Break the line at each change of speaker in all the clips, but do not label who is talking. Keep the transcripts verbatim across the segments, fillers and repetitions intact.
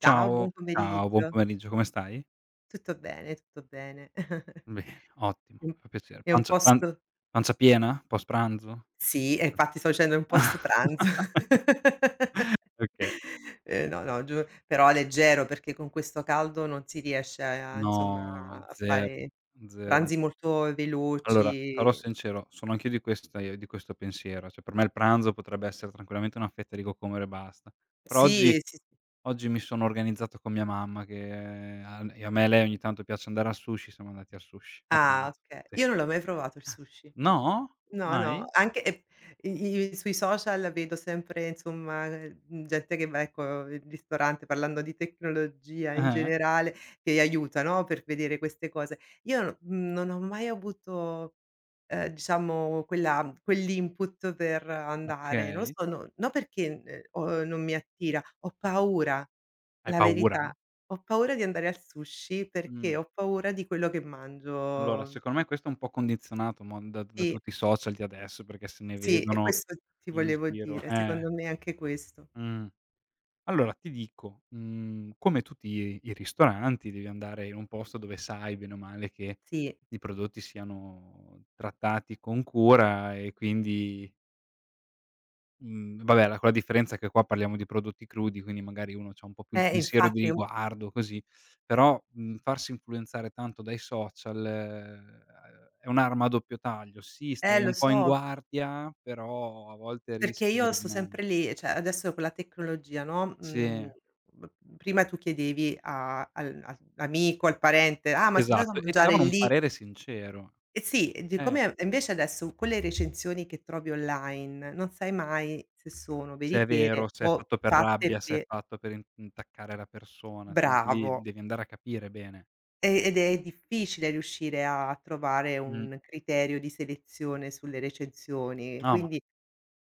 Ciao,
Ciao,
buon
ciao, buon
pomeriggio.
pomeriggio, come stai?
Tutto bene, tutto bene.
Bene,
È
ottimo,
un
fa piacere.
è un
Pancia pan
post,
pancia piena? Post pranzo?
sì, e infatti sto facendo un post pranzo.
Okay.
Ehm, no, no, giu però leggero perché con questo caldo non si riesce, a insomma,
No,
a
zero,
fare
zero.
pranzi molto
Allora, sarò
veloci.
sincero, sono anch'io di questa di questo pensiero, cioè per me il pranzo potrebbe essere tranquillamente una fetta di cocomero e basta. Però oggi
Sì, sì, sì.
oggi mi sono organizzato con mia mamma che a a me e lei ogni tanto piace andare al sushi, siamo andati al sushi a
Ah,
pranzo,
okay.
sì.
Io non l'ho mai provato il sushi.
No?
No, no,
Mai?
anche e i i sui social vedo sempre, insomma, mhmm, gente che va, ecco, in ristorante parlando di tecnologia in
Eh-eh.
generale, che aiuta, no, per vedere queste cose. Io, no, mhmm, non ho mai avuto, ehm, diciamo, quella quell'input per andare, non lo
Okay.
so, no no perché, ehm, ho non mi attira, ho paura,
Hai
la
paura?
verità. Ho paura di andare al sushi
Mh.
perché ho paura di quello che
Allora,
mangio.
secondo me questo è un po' condizionato mo da da
Sì.
tutti i social di adesso, perché se ne
Sì, e
vedono
questo ti
in
volevo
giro,
dire,
eh.
secondo me anche questo.
Mh. Allora ti dico, mhmm, come tutti i i ristoranti devi andare in un posto dove sai bene o male che
Sì.
i prodotti siano trattati con cura e quindi Mhmm, vabbè la con la differenza che qua parliamo di prodotti crudi, quindi magari uno c'ha un po' più il
Eh,
pensiero di
infatti è un
riguardo, così. Però, mhmm, farsi influenzare tanto dai social, ehm, è un'arma a doppio taglio. Sì, stai
eh lo
un po' in
so,
guardia, però a volte
perché
rischia di
io sto
rovinare.
sempre lì, cioè adesso con la tecnologia, no,
Sì,
mhmm, b prima tu chiedevi a al a all'amico, al parente: "Ah, ma sei andato a
esatto. E ti
mangiare
davano un
lì?"
parere sincero.
E sì, e di
Eh,
come e invece adesso con le recensioni che trovi online, non sai mai se sono
se è
veritiere
vero, se è
o
fatto per
fatte
rabbia, se è
pe
fatto per in intaccare la persona, cioè anche
bravo.
lì devi andare a capire bene.
E ed è difficile riuscire a trovare
Mh.
un criterio di selezione sulle recensioni,
No, ma
quindi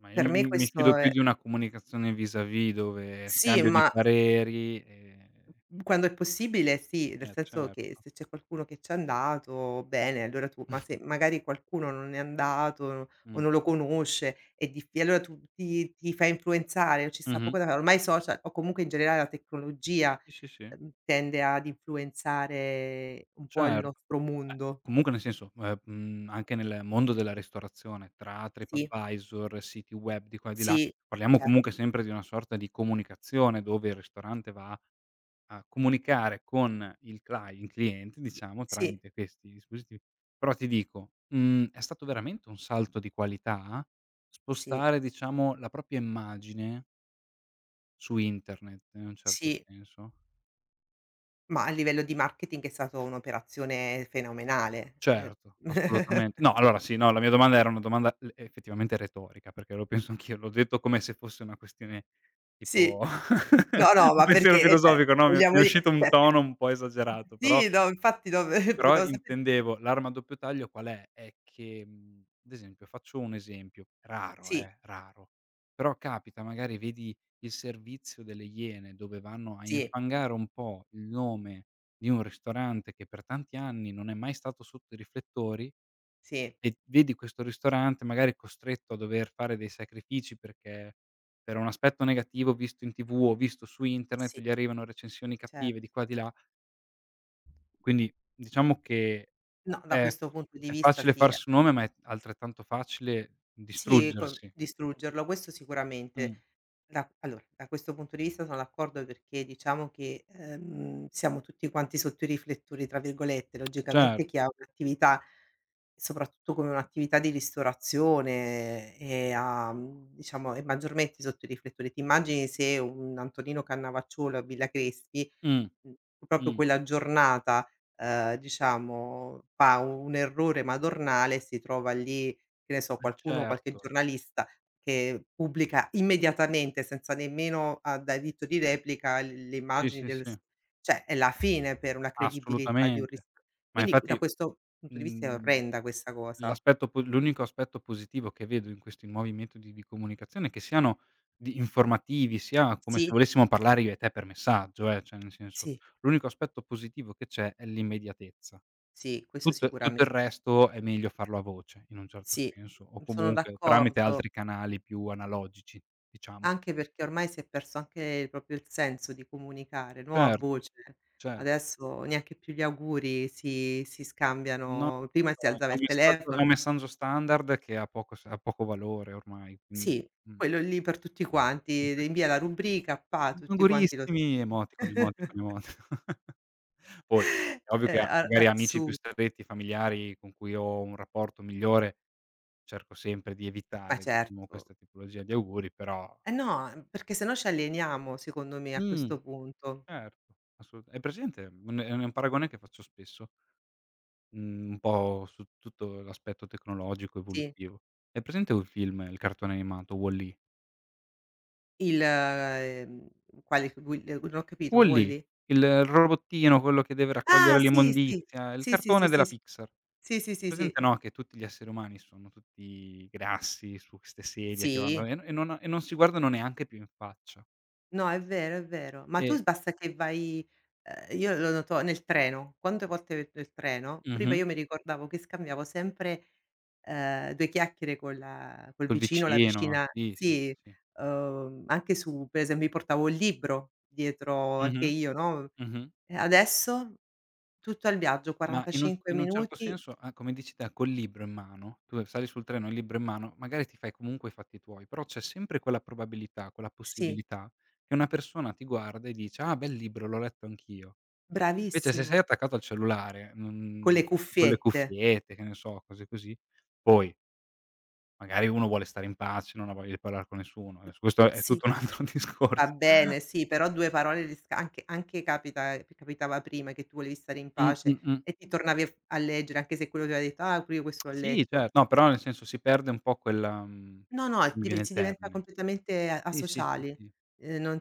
Ma io
per
mi
me
mi mi fido
questo
più
è
di una comunicazione vis à vis dove
sì,
scambio di
ma
pareri, ehm
quando è possibile sì, nel
eh
senso che
certo.
se c'è qualcuno che c'è andato, bene, allora tu ma se magari qualcuno non è andato o
Mh.
non lo conosce, è diffi allora tu ti ti fai influenzare, non ci sta
Mh-mh.
poco da fare. Ormai i social o comunque in generale la tecnologia,
Sì, sì, sì,
ehm, tende ad influenzare un po' il
certo.
nostro
Beh,
mondo.
comunque nel senso, ehm, mhmm, anche nel mondo della ristorazione tra
Sì.
TripAdvisor, siti web di qua e di là,
Sì,
parliamo comunque
certo.
sempre di una sorta di comunicazione dove il ristorante va a comunicare con il clie il cliente diciamo
Sì,
tramite questi dispositivi. Però ti dico, mhmm, è stato veramente un salto di qualità,
sì,
spostare diciamo la propria immagine su internet in un certo
sì,
senso.
ma a livello di marketing è stato un'operazione fenomenale. Ehm,
Certo, assolutamente. No, allora sì, no, la mia domanda era una domanda l effettivamente retorica, perché lo penso anch'io, l'ho detto come se fosse una questione
sì.
tipo
No, no,
un
ma
pensiero
perché, ehm, cioè
filosofico, no, mi è mi
vogliamo
è
di
uscito un
cioè
tono un po' esagerato, però.
sì, no, infatti no, non
Però
so perché.
intendevo l'arma a doppio taglio qual è? È che, mhmm, ad esempio faccio un esempio, raro
Sì,
eh, raro, però capita, magari vedi il servizio delle Iene dove vanno a
sì,
infangare un po' il nome di un ristorante che per tanti anni non è mai stato sotto i riflettori,
sì,
e vedi questo ristorante magari costretto a dover fare dei sacrifici perché per un aspetto negativo visto in T V o visto su internet
sì,
gli arrivano recensioni cattive di
certo.
qua di là. Quindi diciamo che
No, da
è f
questo punto di
è
vista
facile
sì, eh.
farsi un nome, ma è altrettanto facile
Sì, con
distruggersi.
distruggerlo, questo
Mh,
sicuramente. Da allora, da questo punto di vista sono d'accordo perché diciamo che, ehm, siamo tutti quanti sotto i "riflettori", tra virgolette,
cer
logicamente chi ha un'attività, soprattutto come un'attività di ristorazione eh, e ha, mhmm, diciamo è maggiormente sotto i riflettori. Ti immagini se un Antonino Cannavacciuolo a Villa Crespi,
mh,
mh, proprio
mh,
quella giornata, ehm, diciamo fa un errore madornale e si trova lì, che ne so,
eh
qualcuno, qualche
certo.
giornalista che pubblica immediatamente senza nemmeno a diritto di replica l le
Sì,
immagini
sì,
del
sì,
s cioè è la fine per una credibilità di un ris,
assolutamente. Ma
quindi da
infatti,
questo punto di vista è
mhmm,
orrenda questa cosa.
l'aspetto po l'unico aspetto positivo che vedo in questi nuovi metodi di comunicazione è che siano di informativi, sia come se
Sì,
volessimo parlare io e te per messaggio, eh, cioè nel senso,
sì,
l'unico aspetto positivo che c'è è l'immediatezza.
sì, questo
Tutto tutto il
sicuramente.
resto è meglio farlo a voce, in un certo
Sì,
senso, o
sono
comunque tramite
d'accordo.
altri canali più analogici, diciamo.
Anche perché ormai si è perso anche proprio il senso di comunicare, no, a
Certo,
voce.
cer
Adesso neanche più gli auguri si si
no, no,
scambiano. Prima si
è
alzava
un
il
messaggio è
telefono,
un messaggio standard che ha poco s ha poco valore ormai, quindi
sì,
mh.
quello lì per tutti quanti, d invia la rubrica, pa, tutti quanti lo
"Augurissimi!" Emoticon, emoticon, emoticon. Poi, è ovvio che
Eh,
a
a
magari amici più
assurdo,
stretti, familiari con cui ho un rapporto migliore, cerco sempre di
ma
evitare, diciamo,
certo.
questa tipologia di auguri, però
Eh no, perché se no ci alleniamo secondo me a
mh.
questo punto.
Certo, assolut hai presente, un è un paragone che faccio spesso, mhmm, un po' su tutto l'aspetto tecnologico
Sì,
evolutivo. Hai presente un film, il cartone animato Wall-E?
il ehm, quale? Will non ho capito,
Wall-E,
Wall-E?
il robottino, quello che deve
Ah
raccogliere
sì, sì.
l'immondizia, il
Sì, sì,
cartone
sì, sì,
della
sì.
Pixar.
Sì, sì, sì, sì.
Presente, no, che tutti gli esseri umani sono tutti grassi su queste sedie che vanno
Sì?
e e non e non si guardano neanche più in faccia.
No, è vero, è vero. Ma tu
E
s basta che vai ehm, io lo noto nel treno. Quante volte ve nel treno, prima
mh-mh,
io mi ricordavo che scambiavo sempre, ehm, due chiacchiere con la col
col
vicino, la
vicino,
vicina,
sì, sì, sì,
sì,
sì.
uhm, anche su per esempio mi portavo il libro dietro anche
Mh-mh,
io, no,
mh-mh.
e adesso tutto al viaggio,
Ma in un
quarantacinque
in un certo
minuti,
senso, a come dici te, col libro in mano, tu sali sul treno, il libro in mano, magari ti fai comunque i fatti tuoi, però c'è sempre quella probabilità, quella
sì,
possibilità che una persona ti guarda e dice: "Ah, bel libro, l'ho letto anch'io". Invece se sei
bravissimo,
attaccato al cellulare,
con
non,
le
con le
cuffiette.
cuffiette, che ne so, cose così, poi magari uno vuole stare in pace, non ha voglia di parlar con nessuno, adesso questo è
Sì.
tutto un altro
Va
discorso.
bene, sì, però due parole di sca anche anche capita, ehm, capitava prima che tu volevi stare in
Mh, mh,
pace
mh.
e ti tornavi a f a leggere, anche se quello ti aveva detto: "Ah, pure io questo l'ho
Sì, cer
letto".
no, però nel senso si perde un po' quella mhmm, non
No, no,
mi viene
dive
il
si diventa
termine.
completamente a
Sì, sì, sì,
asociali,
sì.
ehm, non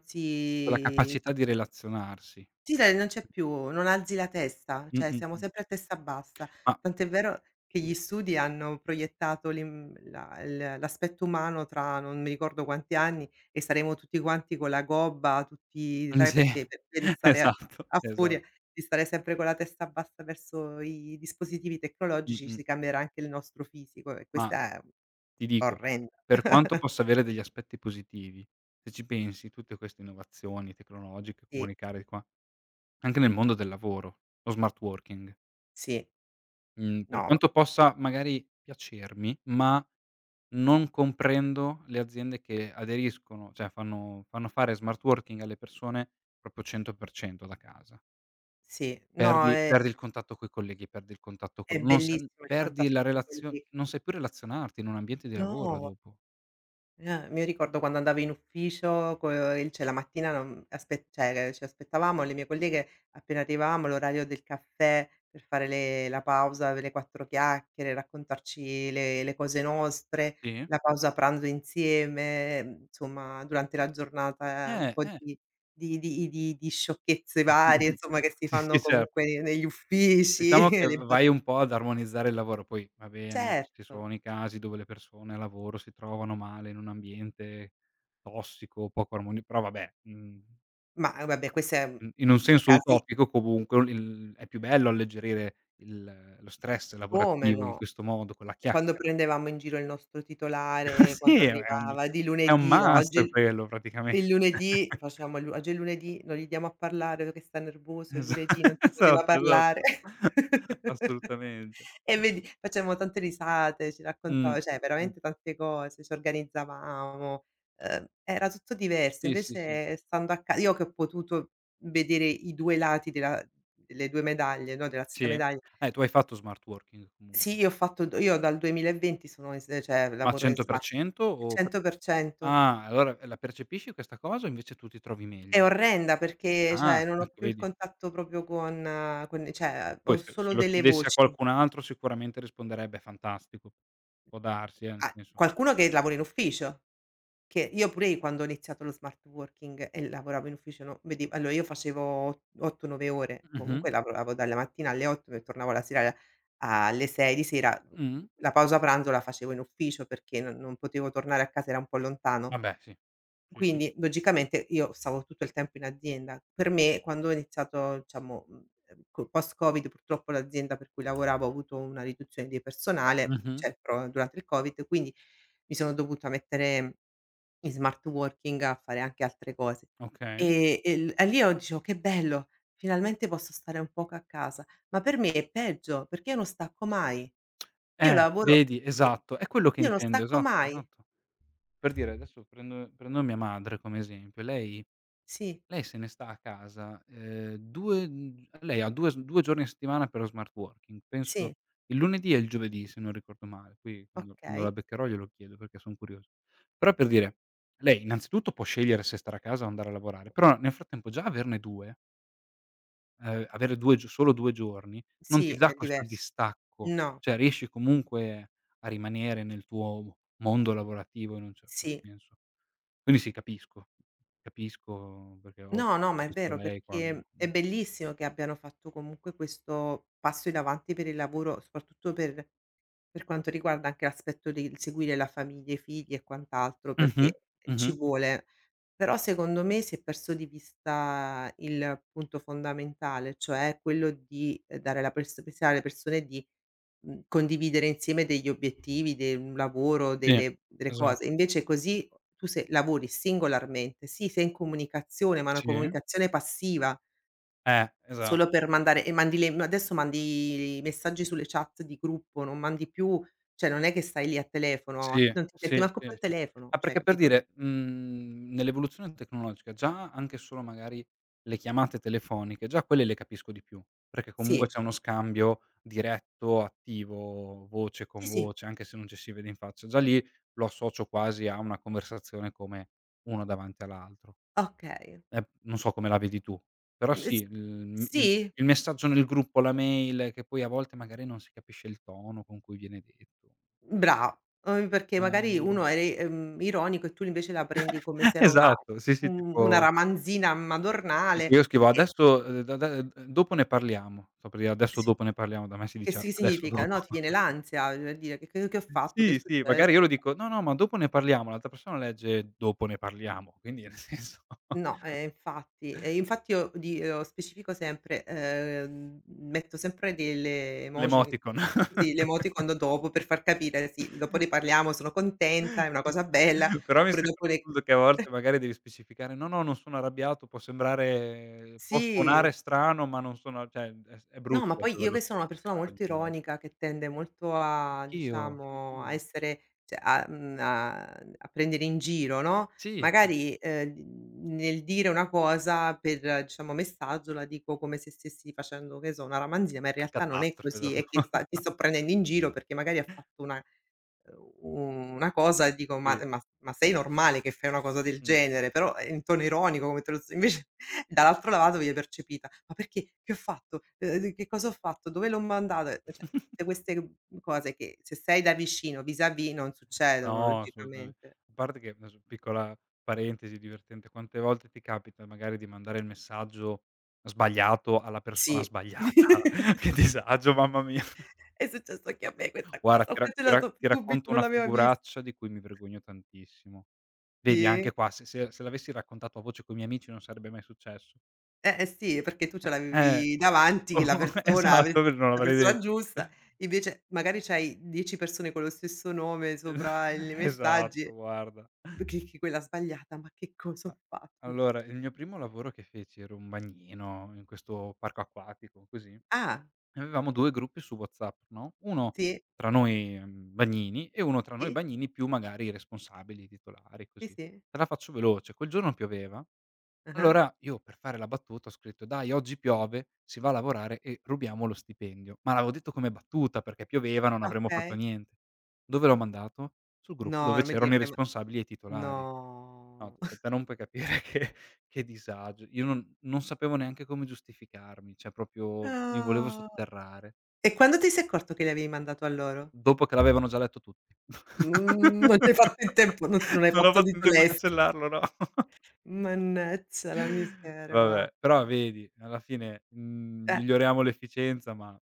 Quella
si
capacità di relazionarsi.
Sì, dai, non c'è più, non alzi la testa, cioè
Mh-mh, mh.
siamo
Mh.
sempre a testa bassa.
Ma
Tant'è vero che
mh,
gli studi hanno proiettato l'im la il l'aspetto umano tra non mi ricordo quanti anni e saremo tutti quanti con la gobba, tutti sai
sì,
perché per via di stare a
esatto,
a furia
esatto.
di stare sempre con la testa bassa verso i dispositivi tecnologici,
Mh-mh.
si cambierà anche il nostro fisico e
Ma
questa è
ti dico,
orrenda.
per quanto possa avere degli aspetti positivi, se ci pensi tutte queste innovazioni tecnologiche,
Sì,
comunicare di qua, anche nel mondo del lavoro, lo smart working,
sì,
mhmm, per
no,
quanto possa magari piacermi, ma non comprendo le aziende che aderiscono, cioè fanno fanno fare smart working alle persone proprio cento per cento da casa.
sì, no,
Perdi
è
perdi il contatto coi colleghi, perdi il contatto col
è
non sa
bellissimo il
perdi la
contatto con
relazio
quelli,
non sai più relazionarti in un ambiente di lavoro
no.
dopo.
Eh, mi ricordo quando andavo in ufficio co eh, il cioè la mattina non aspe cioè ci aspettavamo le mie colleghe appena arrivavamo l'orario del caffè per fare le la pausa, le quattro chiacchiere, raccontarci le le cose nostre,
Sì?
la pausa pranzo insieme, mhmm, insomma durante la giornata eh, un
Eh,
po'
eh.
di di di di di sciocchezze varie insomma che si
Sì, sì,
fanno
certo.
comunque negli uffici,
Diciamo che
le bat
vai un po' ad armonizzare il lavoro, poi va bene, ci
certo,
sono i casi dove le persone a lavoro si trovano male in un ambiente tossico, poco armoni però vabbè, mhmm,
ma eh, vabbè queste, mhmm,
in in un
sono
senso
casi,
utopico comunque il è più bello alleggerire il lo stress
come
lavorativo in
no?
questo modo, con la
Quando
chiacchiera.
prendevamo in giro il nostro
Ah,
titolare, quando
sì, è è un
arrivava di
è un
lunedì, no, oggi
must
è il
quello
il
praticamente.
lunedì facevamo il lu oggi è lunedì, non gli diamo a parlare che sta nervoso, il
Esa
lunedì non si poteva
esatto,
parlare.
esatto. Assolutamente.
E vedi, facevamo tante risate, ci
Mh.
raccontava cioè
Mh.
veramente tante cose, ci organizzavamo, ehm, era tutto diverso.
Sì, sì, sì.
Invece stando a ca io che ho potuto vedere i due lati della delle due medaglie, no, della stessa
Sì?
medaglia,
Eh, tu hai fatto smart working
sì,
comunque.
io ho fatto d io dal duemilaventi sono in s cioè
Ma
lavoro in smart work
cento per cento o p
cento per cento.
ah, allora eh, la percepisci questa cosa o invece tu ti trovi
È
meglio?
orrenda perché,
Ah,
cioè, non ho
ecco
più il
vedi.
contatto proprio con con cioè,
Poi
ho
se se
solo
lo
delle
chiedessi a
voci.
qualcun altro sicuramente risponderebbe: "Fantastico." Può darsi, eh, nel
Ah,
senso.
qualcuno che lavora in ufficio, che io pure quando ho iniziato lo smart working e lavoravo in ufficio no vedi allora io facevo o otto, nove ore,
Mh-mh.
comunque lavoravo dalla mattina alle otto e tornavo la sera alle sei di sera.
Mh.
La pausa pranzo la facevo in ufficio perché non non potevo tornare a casa, era un po' lontano.
Vabbè, sì. Sì, sì.
Quindi logicamente io stavo tutto il tempo in azienda. Per me quando ho iniziato, diciamo, mhmm, ehm, co post Covid purtroppo l'azienda per cui lavoravo ha avuto una riduzione di personale,
Mh-mh.
cioè pro durante il Covid, quindi mi sono dovuta mettere in smart working a fare anche altre cose.
Okay.
E e l e lì ho dicevo: "Che bello, finalmente posso stare un poco a casa." Ma per me è peggio, perché io non stacco mai. Io
Eh,
lavoro
vedi,
perché
esatto, è quello che
io non
intendo,
stacco
esatto,
mai.
esatto. Per dire, adesso prendo prendo mia madre come esempio, lei
Sì,
lei se ne sta a casa, ehm, due mhmm, lei ha due s due giorni a settimana per lo smart working, penso
sì,
il lunedì e il giovedì se non ricordo male, poi quando quando la
okay.
beccherò glielo chiedo perché son curioso. Però per dire, lei innanzitutto può scegliere se stare a casa o andare a lavorare, però nel frattempo già averne due, ehm, avere due gio solo due giorni, non ti
Sì,
dà
è
questo
diverso.
distacco,
No,
cioè riesci comunque a rimanere nel tuo mondo lavorativo in un certo
sì.
senso. Quindi sì, capisco, capisco perché ho
No, no,
ho
ma è
visto
vero
lei quando
perché
mh.
è bellissimo che abbiano fatto comunque questo passo in avanti per il lavoro, soprattutto per per quanto riguarda anche l'aspetto del seguire la famiglia, i figli e quant'altro,
Mh-mh,
perché ci
mh-mh.
vuole. Però secondo me si è perso di vista il punto fondamentale, cioè quello di, ehm, dare la pers possibilità alle persone di Mhmm, condividere insieme degli obiettivi, de un lavoro,
Sì,
delle delle cose.
esatto,
Invece così tu se lavori singolarmente, sì, sei in comunicazione, ma una
sì.
comunicazione passiva,
Eh, esatto.
solo per mandare e mandi le adesso mandi i messaggi sulle chat di gruppo, non mandi più cioè non è che stai lì a telefono,
Sì,
a non ti senti
sì,
manco più
sì,
al
sì.
telefono,
Ma
cioè,
perché per
capito?
dire, mhmm, nell'evoluzione tecnologica già anche solo magari le chiamate telefoniche, già quelle le capisco di più, perché comunque
Sì,
c'è uno scambio diretto, attivo, voce con
sì, sì,
voce, anche se non ci si vede in faccia. Già lì lo associo quasi a una conversazione come uno davanti all'altro.
okay.
Eh, non so come la vedi tu, però
Mhmm,
sì,
s
il il
sì?
il messaggio nel gruppo, la mail, che poi a volte magari non si capisce il tono con cui viene detto.
Bra uhm, perché magari
Eh.
uno è re ehm, ironico e tu invece la prendi come se era una
Esatto, sì, sì,
un una
tipo
ramanzina
tipo
madornale
io scrivo:
e
"Adesso, ehm, da da ehm, dopo ne parliamo." So per dire: "Adesso
sì,
dopo ne parliamo." Da me si
che
dice:
si
"Adesso
significa?
dopo."
No, ti viene l'ansia per dire: "Che che che ho fatto? Che è
Sì, sì, magari io lo
successo?"
dico: "No, no, ma dopo ne parliamo." L'altra persona legge: "Dopo ne parliamo." Quindi nel senso,
No, eh, infatti. E infatti io di uhm, specifico sempre, ehm, metto sempre delle emoji,
l'emoticon.
sì, l'emoticon dopo per far capire: "Sì, dopo ne parliamo, sono contenta, è una
Sì,
cosa
sì.
bella."
Però mi
Oppure
sembra
dopo le
assurdo che a volte magari devi specificare: "No, no, non sono arrabbiato." Può sembrare può
sì.
suonare strano, ma non sono, cioè è s è
No,
brutto
ma poi io
doverlo
che sono una persona
specificare ogni
molto
volta.
ironica, che tende molto a
Anch'io,
diciamo
anch'io.
a essere cioè a mhmm, a a prendere in giro, no,
Sì, sì.
magari, ehm, nel dire una cosa per diciamo messaggio la dico come se stessi facendo, che so, una ramanzia, ma in realtà non è
Catastrofe dopo.
così, è che sta ti sto prendendo in giro perché magari ha fatto una Uhm, una cosa e dico: "Ma
Sì.
ma ma sei normale che fai una cosa del
Mh.
genere?" Però è in tono ironico come te lo sto invece dall'altro lato viene percepita: "Ma perché? Che ho fatto? Uhm, che cosa ho fatto? Dove l'ho mandata?" Cioè tutte queste, mhmm, cose che se sei da vicino, vis-à-vis, non succedono
No, assolutame
logicamente.
a parte che adesso, piccola parentesi divertente, quante volte ti capita magari di mandare il messaggio sbagliato alla persona
Sì.
sbagliata? Che disagio, mamma mia.
È successo anche a me questa
Guarda,
cosa. Ho
ti ra ti ra
cancellato
ti
subito,
racconto
non
una
l'aveva
figuraccia di cui mi vergogno tantissimo. Vedi, anche
visti.
qua se se se l'avessi raccontato a voce coi miei amici non sarebbe mai successo.
Eh, eh, sì, perché tu ce
Eh,
l'avevi davanti la persona,
esatto,
avresti
non
la
l'avrei
persona
detto.
giusta, invece magari c'hai dieci persone con lo stesso nome sopra i messaggi,
Esatto, guarda.
b clicchi quella sbagliata, ma che cosa
A
ho fatto? Mh.
Allora, il mio primo lavoro che feci, ero un bagnino in questo parco acquatico, così, e
Ah,
avevamo due gruppi su WhatsApp, no, uno
sì,
tra noi, mhmm, bagnini, e uno tra noi
sì,
bagnini più magari i responsabili, i titolari,
sì,
così.
sì.
Te la faccio veloce, quel giorno pioveva,
Ah-ah.
allora io per fare la battuta ho scritto: "Dai, oggi piove, si va a lavorare e rubiamo lo stipendio." Ma l'avevo detto come battuta, perché pioveva, non avremmo fatto
Okay.
niente. Dove l'ho mandato? Sul gruppo
No,
dove
non mi dire
c'erano i
che le
responsabili e i
ma
titolari. No,
no.
t te non puoi capire che che disagio. Io non non sapevo neanche come giustificarmi, cioè proprio mi volevo
Ah.
sotterrare,
E quando ti sei accorto che le avevi mandato a loro?
dopo che l'avevano già letto tutti.
Mhmm, non c'hai fatto in tempo, non s non hai
Non ho
fatto
fatto in
dito
tempo a
lest.
cancellarlo, no.
Mannaggia la miseria, guarda.
Vabbè, però vedi, alla fine, mhmm,
Eh.
miglioriamo l'efficienza, ma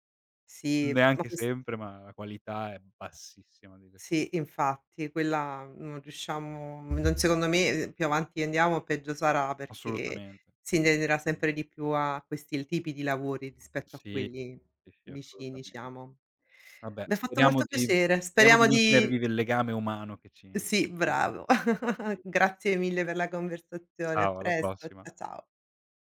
Sì, ma
neanche
ques
sempre, ma la qualità è bassissima di questo,
sì, infatti quella non riusciamo non secondo me più avanti andiamo peggio sarà, perché
assolutamente,
si tenderà
assolutamente.
sempre di più a questi tipi di lavori rispetto a
Sì,
quelli
sì, sì,
vicini,
assolutamente.
diciamo.
Vabbè,
Mi ha fatto
speriamo
molto
di
piacere,
speriamo di
speriamo
mantenere
di
vivo il legame umano che ci
sì,
che ci
bravo.
caratterizza.
Grazie mille per la conversazione, a
Ciao, alla
presto.
prossima.
Cia ciao.